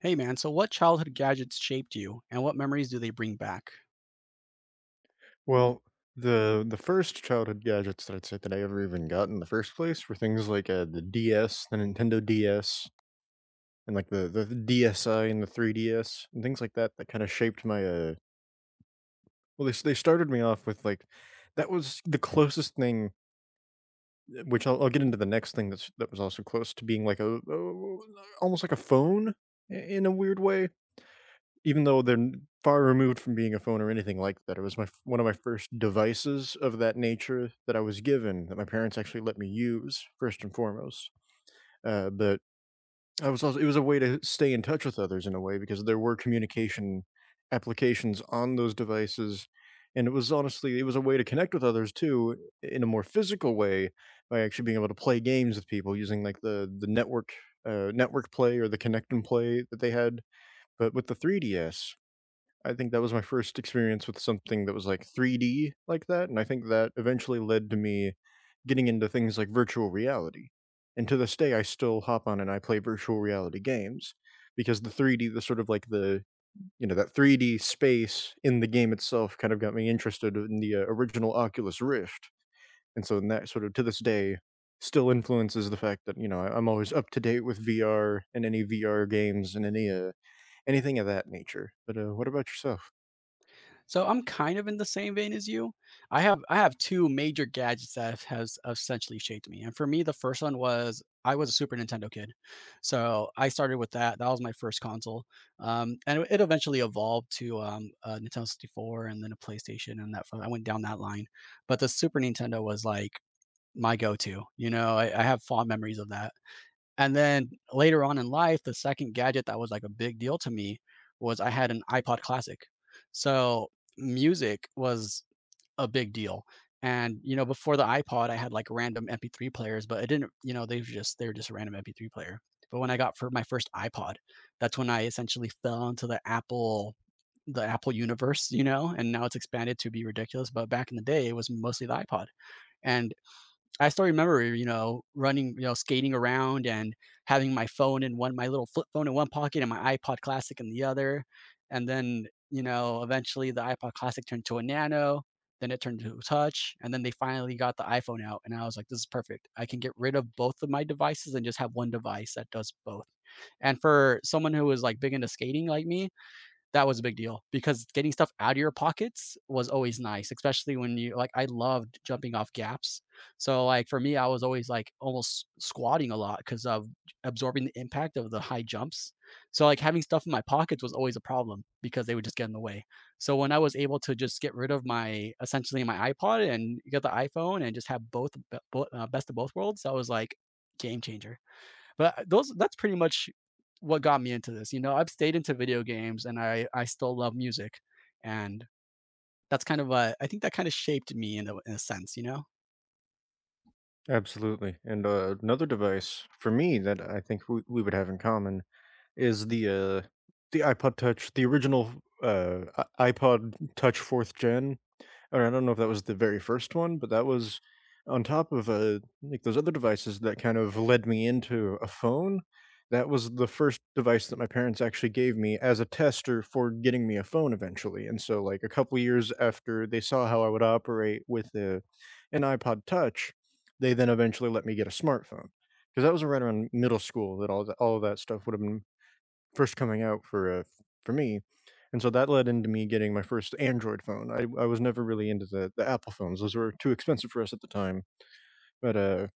Hey man, so what childhood gadgets shaped you and what memories do they bring back? Well, the first childhood gadgets that I'd say that I ever even got in the first place were things like the DS, the Nintendo DS, and like the DSi and the 3DS and things like that that kind of shaped my they started me off with like that was the closest thing which I'll get into the next thing that was also close to being like a almost like a phone in a weird way. Even though they're n far removed from being a phone or anything like that, it was my f one of my first devices of that nature that I was given, that my parents actually let me use, first and foremost, but I was also it was a way to stay in touch with others in a way because there were communication applications on those devices, and it was honestly it was a way to connect with others too in a more physical way by actually being able to play games with people using, like, the network, network play or the connect and play that they had. But with the 3DS, I think that was my first experience with something that was like 3D like that, and I think that eventually led to me getting into things like virtual reality. And to this day, I still hop on and I play virtual reality games because the 3D, the sort of like the, you know, that 3D space in the game itself kind of got me interested in the original Oculus Rift. And that sort of to this day still influences the fact that, you know, I'm always up to date with VR and any VR games and any anything of that nature. But what about yourself? So I'm kind of in the same vein as you. I have two major gadgets that has essentially shaped me. And for me, the first one was I was a Super Nintendo kid. So I started with that. That was my first console. It eventually evolved to a Nintendo 64 and then a PlayStation and that I went down that line. But the Super Nintendo was like my go-to. You know, I have fond memories of that. And then later on in life, the second gadget that was like a big deal to me was I had an iPod Classic. So music was a big deal. And you know, before the iPod, I had like random MP3 players, but it didn't, you know, they were just a random MP3 player. But when I got for my first iPod, that's when I essentially fell into the Apple universe, you know, and now it's expanded to be ridiculous. But back in the day, it was mostly the iPod. And I still remember, you know, running, you know, skating around and having my little flip phone in one pocket and my iPod Classic in the other. And then, you know, eventually the iPod Classic turned to a Nano, then it turned to a Touch, and then they finally got the iPhone out. And I was like, this is perfect. I can get rid of both of my devices and just have one device that does both. And for someone who was like big into skating like me, that was a big deal because getting stuff out of your pockets was always nice, especially when you like I loved jumping off gaps. So like for me, I was always like almost squatting a lot because of absorbing the impact of the high jumps. So like having stuff in my pockets was always a problem because they would just get in the way. So when I was able to just get rid of my essentially my iPod and get the iPhone and just have both, best of both worlds, that was like game changer. But those that's pretty much what got me into this. You know, I've stayed into video games and I still love music. And that's kind of I think that kind of shaped me in a sense, you know? Absolutely. And another device for me that I think we would have in common is the iPod Touch, the original uh, iPod Touch fourth gen, or I don't know if that was the very first one, but that was on top of, like, those other devices that kind of led me into a phone. That was the first device that my parents actually gave me as a tester for getting me a phone eventually, and so, like, a couple years after they saw how I would operate with a an iPod Touch, they then eventually let me get a smartphone because that was right around middle school that all of that stuff would have been first coming out for me, and so that led into me getting my first Android phone. I was never really into the Apple phones. Those were too expensive for us at the time, but,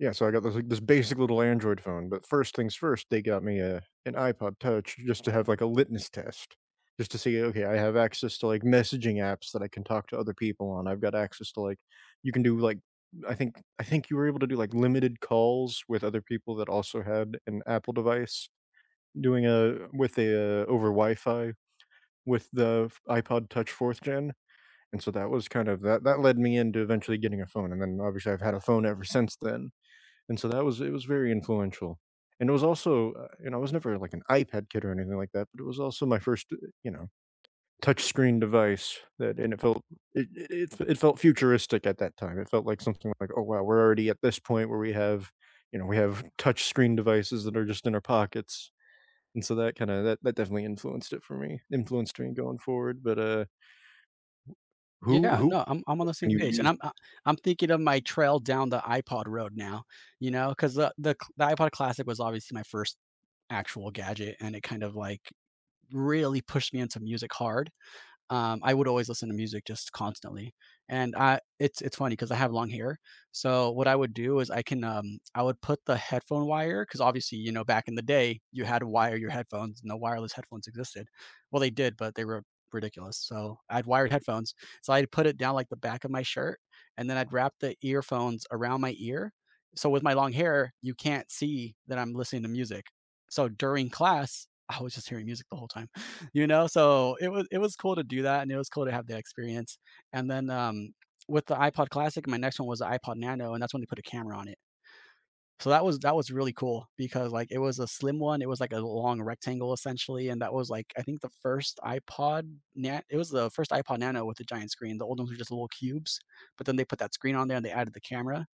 yeah, so I got this, like, this basic little Android phone. But first things first, they got me a an iPod Touch just to have, like, a litmus test, just to see, "Okay, I have access to, like, messaging apps that I can talk to other people on. I've got access to, like" you can do, like, I think you were able to do, like, limited calls with other people that also had an Apple device. Doing a with a, over Wi-Fi with the f iPod Touch 4th Gen, and so that was kind of that led me into eventually getting a phone, and then obviously I've had a phone ever since then, and so that was it was very influential. And it was also, you know, I was never like an iPad kid or anything like that, but it was also my first, you know, touch screen device that and it felt it felt futuristic at that time. It felt like something like, "Oh, wow, we're already at this point where we have, you know, we have touch screen devices that are just in our pockets." And so that kinda that that definitely influenced me going forward. But, Yeah, who no, I'm on the same when you page, and use… I'm thinking of my trail down the iPod road now, you know, 'cause the iPod Classic was obviously my first actual gadget, and it kind of, like, really pushed me into music hard. I would always listen to music just constantly. And I it's funny because I have long hair. So what I would do is I would put the headphone wire because obviously, you know, back in the day you had to wire your headphones, no wireless headphones existed. Well, they did, but they were ridiculous. So I'd wired headphones. So I'd put it down like the back of my shirt and then I'd wrap the earphones around my ear. So with my long hair, you can't see that I'm listening to music. So during class, I was just hearing music the whole time. You know, so it was cool to do that, and it was cool to have that experience, and then, with the iPod Classic, my next one was the iPod Nano, and that's when they put a camera on it. So that was really cool because, like, it was a slim one, it was like a long rectangle essentially, and that was, like, I think the first iPod Na it was the first iPod Nano with a giant screen. The old ones were just little cubes, but then they put that screen on there and they added the camera,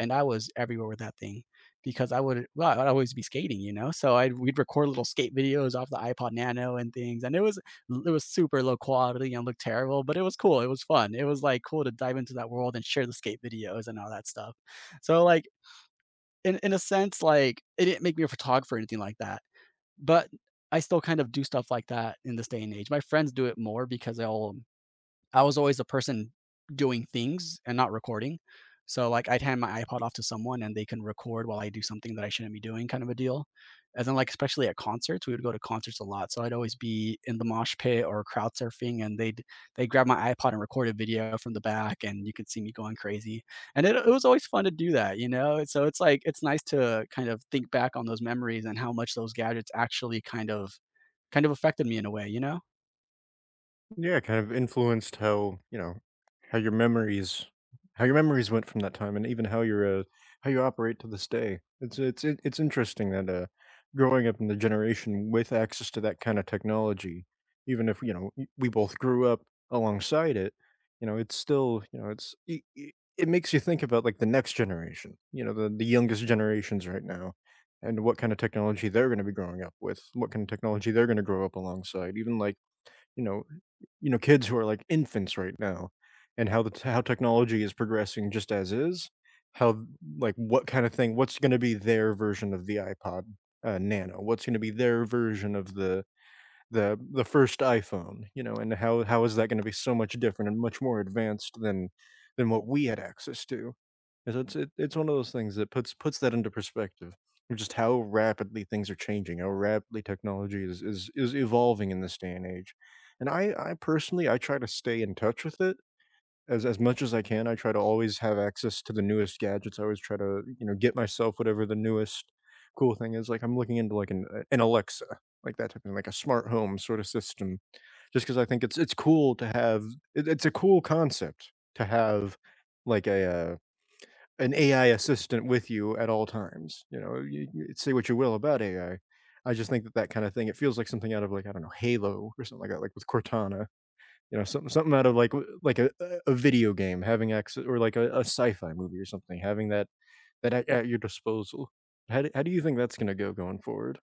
and I was everywhere with that thing because I'd always be skating, you know, so I'd we'd record little skate videos off the iPod Nano and things, and it was super low quality and looked terrible, but it was cool, it was fun, it was, like, cool to dive into that world and share the skate videos and all that stuff. So, like in a sense, like it didn't make me a photographer or anything like that. But I still kind of do stuff like that in this day and age. My friends do it more because they'll I was always the person doing things and not recording. So, like, I'd hand my iPod off to someone and they can record while I do something that I shouldn't be doing kind of a deal. And then, like, especially at concerts, we would go to concerts a lot. So I'd always be in the mosh pit or crowd surfing and they'd grab my iPod and record a video from the back and you could see me going crazy. And it was always fun to do that, you know? So it's like it's nice to kind of think back on those memories and how much those gadgets actually kind of affected me in a way, you know? Yeah, kind of influenced how, you know, how your memories went from that time, and even how your how you operate to this day. It's it's interesting that growing up in the generation with access to that kind of technology, even if, you know, we both grew up alongside it, you know, it's still, you know, it's it, it it makes you think about like the next generation, you know, the youngest generations right now, and what kind of technology they're going to be growing up with, what kind of technology they're going to grow up alongside. Even like you know kids who are like infants right now, and how the t how technology is progressing just as is, how like what kind of thing what's gonna be their version of the iPod, Nano? What's gonna be their version of the the first iPhone, you know, and how is that gonna be so much different and much more advanced than what we had access to? And so it's one of those things that puts that into perspective of just how rapidly things are changing, how rapidly technology is evolving in this day and age. And I personally I try to stay in touch with it as much as I can. I try to always have access to the newest gadgets. I always try to, you know, get myself whatever the newest cool thing is. Like I'm looking into like an Alexa, like that type of thing, like a smart home sort of system, just because I think it's cool to have. It's a cool concept to have, like a an AI assistant with you at all times. You know, you say what you will about AI. I just think that that kind of thing, it feels like something out of like I don't know Halo or something like that, like with Cortana, you know, something out of like w like a video game, having access or like a sci-fi movie or something, having that at your disposal. How do you think that's gonna go going forward?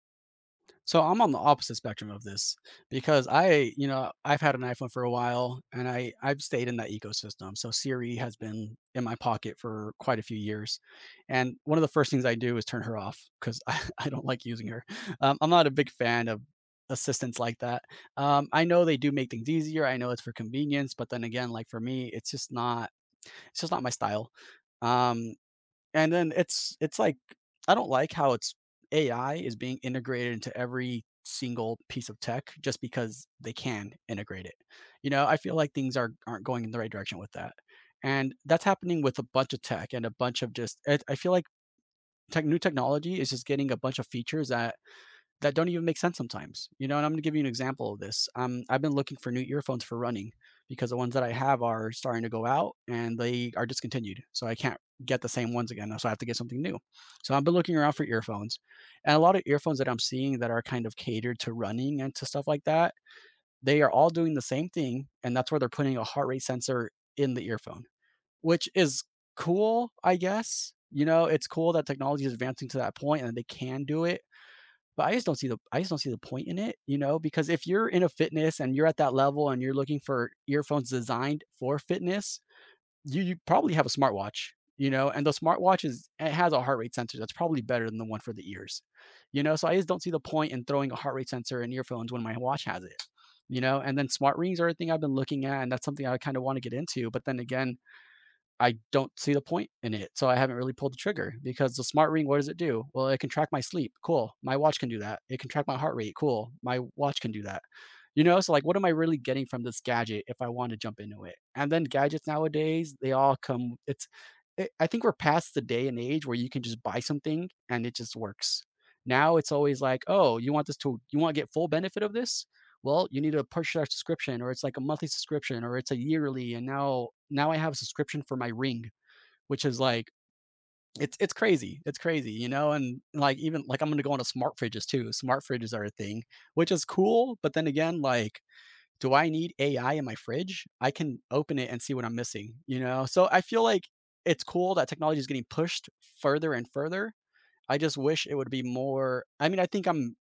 So I'm on the opposite spectrum of this because I, you know, I've had an iPhone for a while and I've stayed in that ecosystem. So Siri has been in my pocket for quite a few years. And one of the first things I do is turn her off because I don't like using her. I'm not a big fan of assistants like that. I know they do make things easier. I know it's for convenience, but then again, like for me, it's just not my style. Um, and then it's like I don't like how it's AI is being integrated into every single piece of tech just because they can integrate it. You know, I feel like things are aren't going in the right direction with that. And that's happening with a bunch of tech and a bunch of just I feel like tech new technology is just getting a bunch of features that don't even make sense sometimes. You know, and I'm gonna give you an example of this. I've been looking for new earphones for running because the ones that I have are starting to go out and they are discontinued. So I can't get the same ones again. So I have to get something new. So I've been looking around for earphones. And a lot of earphones that I'm seeing that are kind of catered to running and to stuff like that, they are all doing the same thing. And that's where they're putting a heart rate sensor in the earphone, which is cool, I guess. You know, it's cool that technology is advancing to that point and they can do it, but I just don't see the point in it, you know, because if you're in a fitness and you're at that level and you're looking for earphones designed for fitness, you probably have a smartwatch, you know, and the smartwatch is it has a heart rate sensor that's probably better than the one for the ears, you know. So I just don't see the point in throwing a heart rate sensor in earphones when my watch has it, you know. And then smart rings are a thing I've been looking at, and that's something I kind of want to get into. But then again, I don't see the point in it. So I haven't really pulled the trigger because the smart ring, what does it do? Well, it can track my sleep. Cool. My watch can do that. It can track my heart rate. Cool. My watch can do that. You know, so like, what am I really getting from this gadget if I want to jump into it? And then gadgets nowadays, they all come, it's, it, I think we're past the day and age where you can just buy something and it just works. Now it's always like, oh, you want to get full benefit of this? Well, you need a push that subscription or it's like a monthly subscription or it's a yearly, and now I have a subscription for my ring, which is like it's crazy. It's crazy, you know, and like even like I'm gonna go into smart fridges too. Smart fridges are a thing, which is cool, but then again, like do I need AI in my fridge? I can open it and see what I'm missing, you know? So I feel like it's cool that technology is getting pushed further and further. I just wish it would be more. I mean, I think I'm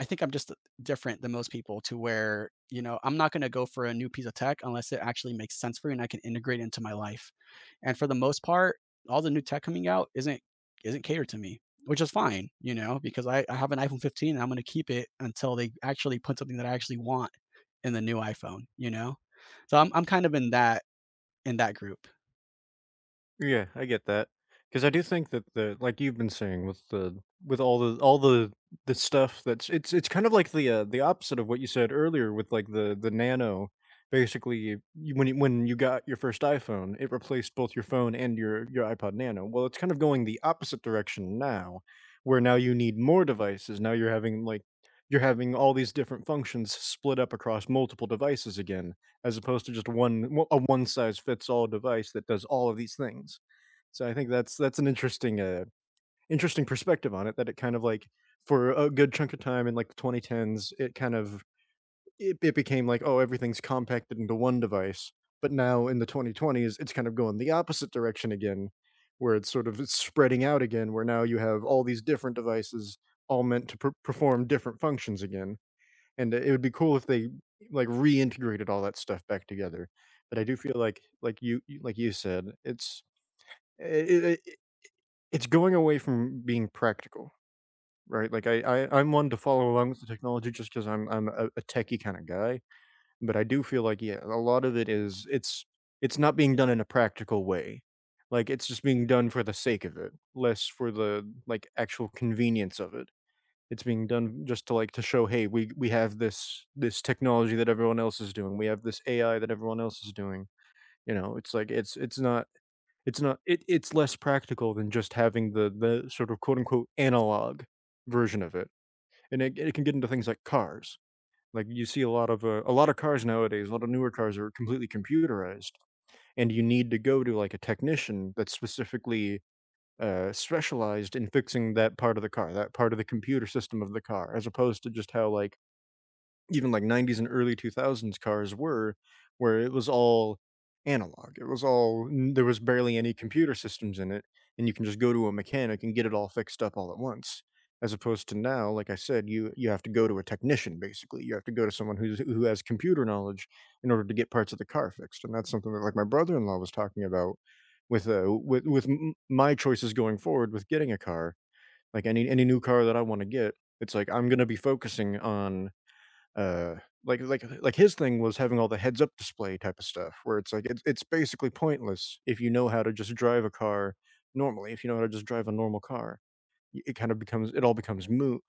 I think I'm just different than most people to where, you know, I'm not gonna go for a new piece of tech unless it actually makes sense for me and I can integrate into my life. And for the most part, all the new tech coming out isn't catered to me, which is fine, you know, because I have an iPhone 15 and I'm gonna keep it until they actually put something that I actually want in the new iPhone, you know? So I'm kind of in that group. Yeah, I get that because I do think that the like you've been saying with the with all the stuff that's it's kind of like the opposite of what you said earlier with like the Nano. Basically, when when you got your first iPhone, it replaced both your phone and your iPod Nano. Well, it's kind of going the opposite direction now, where now you need more devices. Now you're having like you're having all these different functions split up across multiple devices again, as opposed to just one size fits all device that does all of these things. So I think that's an interesting interesting perspective on it, that it kind of like for a good chunk of time in like the 2010s it kind of it became like oh everything's compacted into one device, but now in the 2020s it's kind of going the opposite direction again, where it's sort of spreading out again, where now you have all these different devices all meant to perform different functions again. And it would be cool if they, like, reintegrated all that stuff back together. But I do feel like you like you said, it's I it's going away from being practical, right? Like, I'm one to follow along with the technology just because I 'cause I'm a techie kinda guy, but I do feel like, yeah, a lot of it is it's not being done in a practical way. Like, it's just being done for the sake of it, less for the, like, actual convenience of it. It's being done just to like to show, hey, we have this technology that everyone else is doing. We have this AI that everyone else is doing. You know, it's like it's not it's less practical than just having the sort of quote unquote analog version of it. And it can get into things like cars. Like you see a lot of cars nowadays, a lot of newer cars are completely computerized, and you need to go to like a technician that's specifically specialized in fixing that part of the car, that part of the computer system of the car, as opposed to just how like even like 90s and early 2000s cars were, where it was all analog. It was all there was barely any computer systems in it, and you can just go to a mechanic and get it all fixed up all at once. As opposed to now, like I said, you have to go to a technician basically. You have to go to someone who's who has computer knowledge in order to get parts of the car fixed, and that's something that like my brother-in-law was talking about with my choices going forward with getting a car. Like any new car that I want to get, it's like I'm gonna be focusing on uh, like his thing was having all the heads-up display type of stuff where it's like it's basically pointless if you know how to just drive a car normally, if you know how to just drive a normal car. Y it kind of becomes it all becomes moot,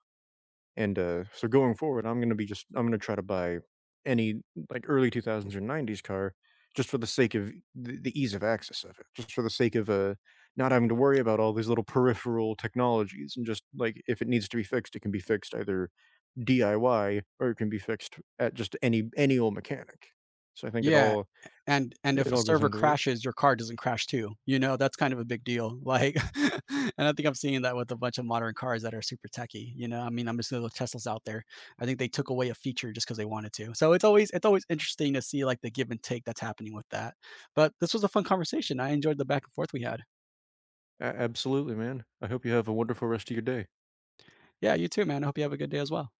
and, so going forward, I'm gonna be just I'm gonna try to buy any, like, early 2000s or 90s car just for the sake of the ease of access of it, just for the sake of, not having to worry about all these little peripheral technologies, and just, like, if it needs to be fixed, it can be fixed either DIY or it can be fixed at just any old mechanic. So I think Yeah. And if it a all goes server into it. crashes, your car doesn't crash too, you know, that's kind of a big deal, like, and I think I'm seeing that with a bunch of modern cars that are super techy, you know, I mean, I'm just little Teslas out there. I think they took away a feature just because they wanted to. So it's always interesting to see, like, the give and take that's happening with that. But this was a fun conversation. I enjoyed the back and forth we had. A absolutely, man. I hope you have a wonderful rest of your day. Yeah, you too, man. I hope you have a good day as well.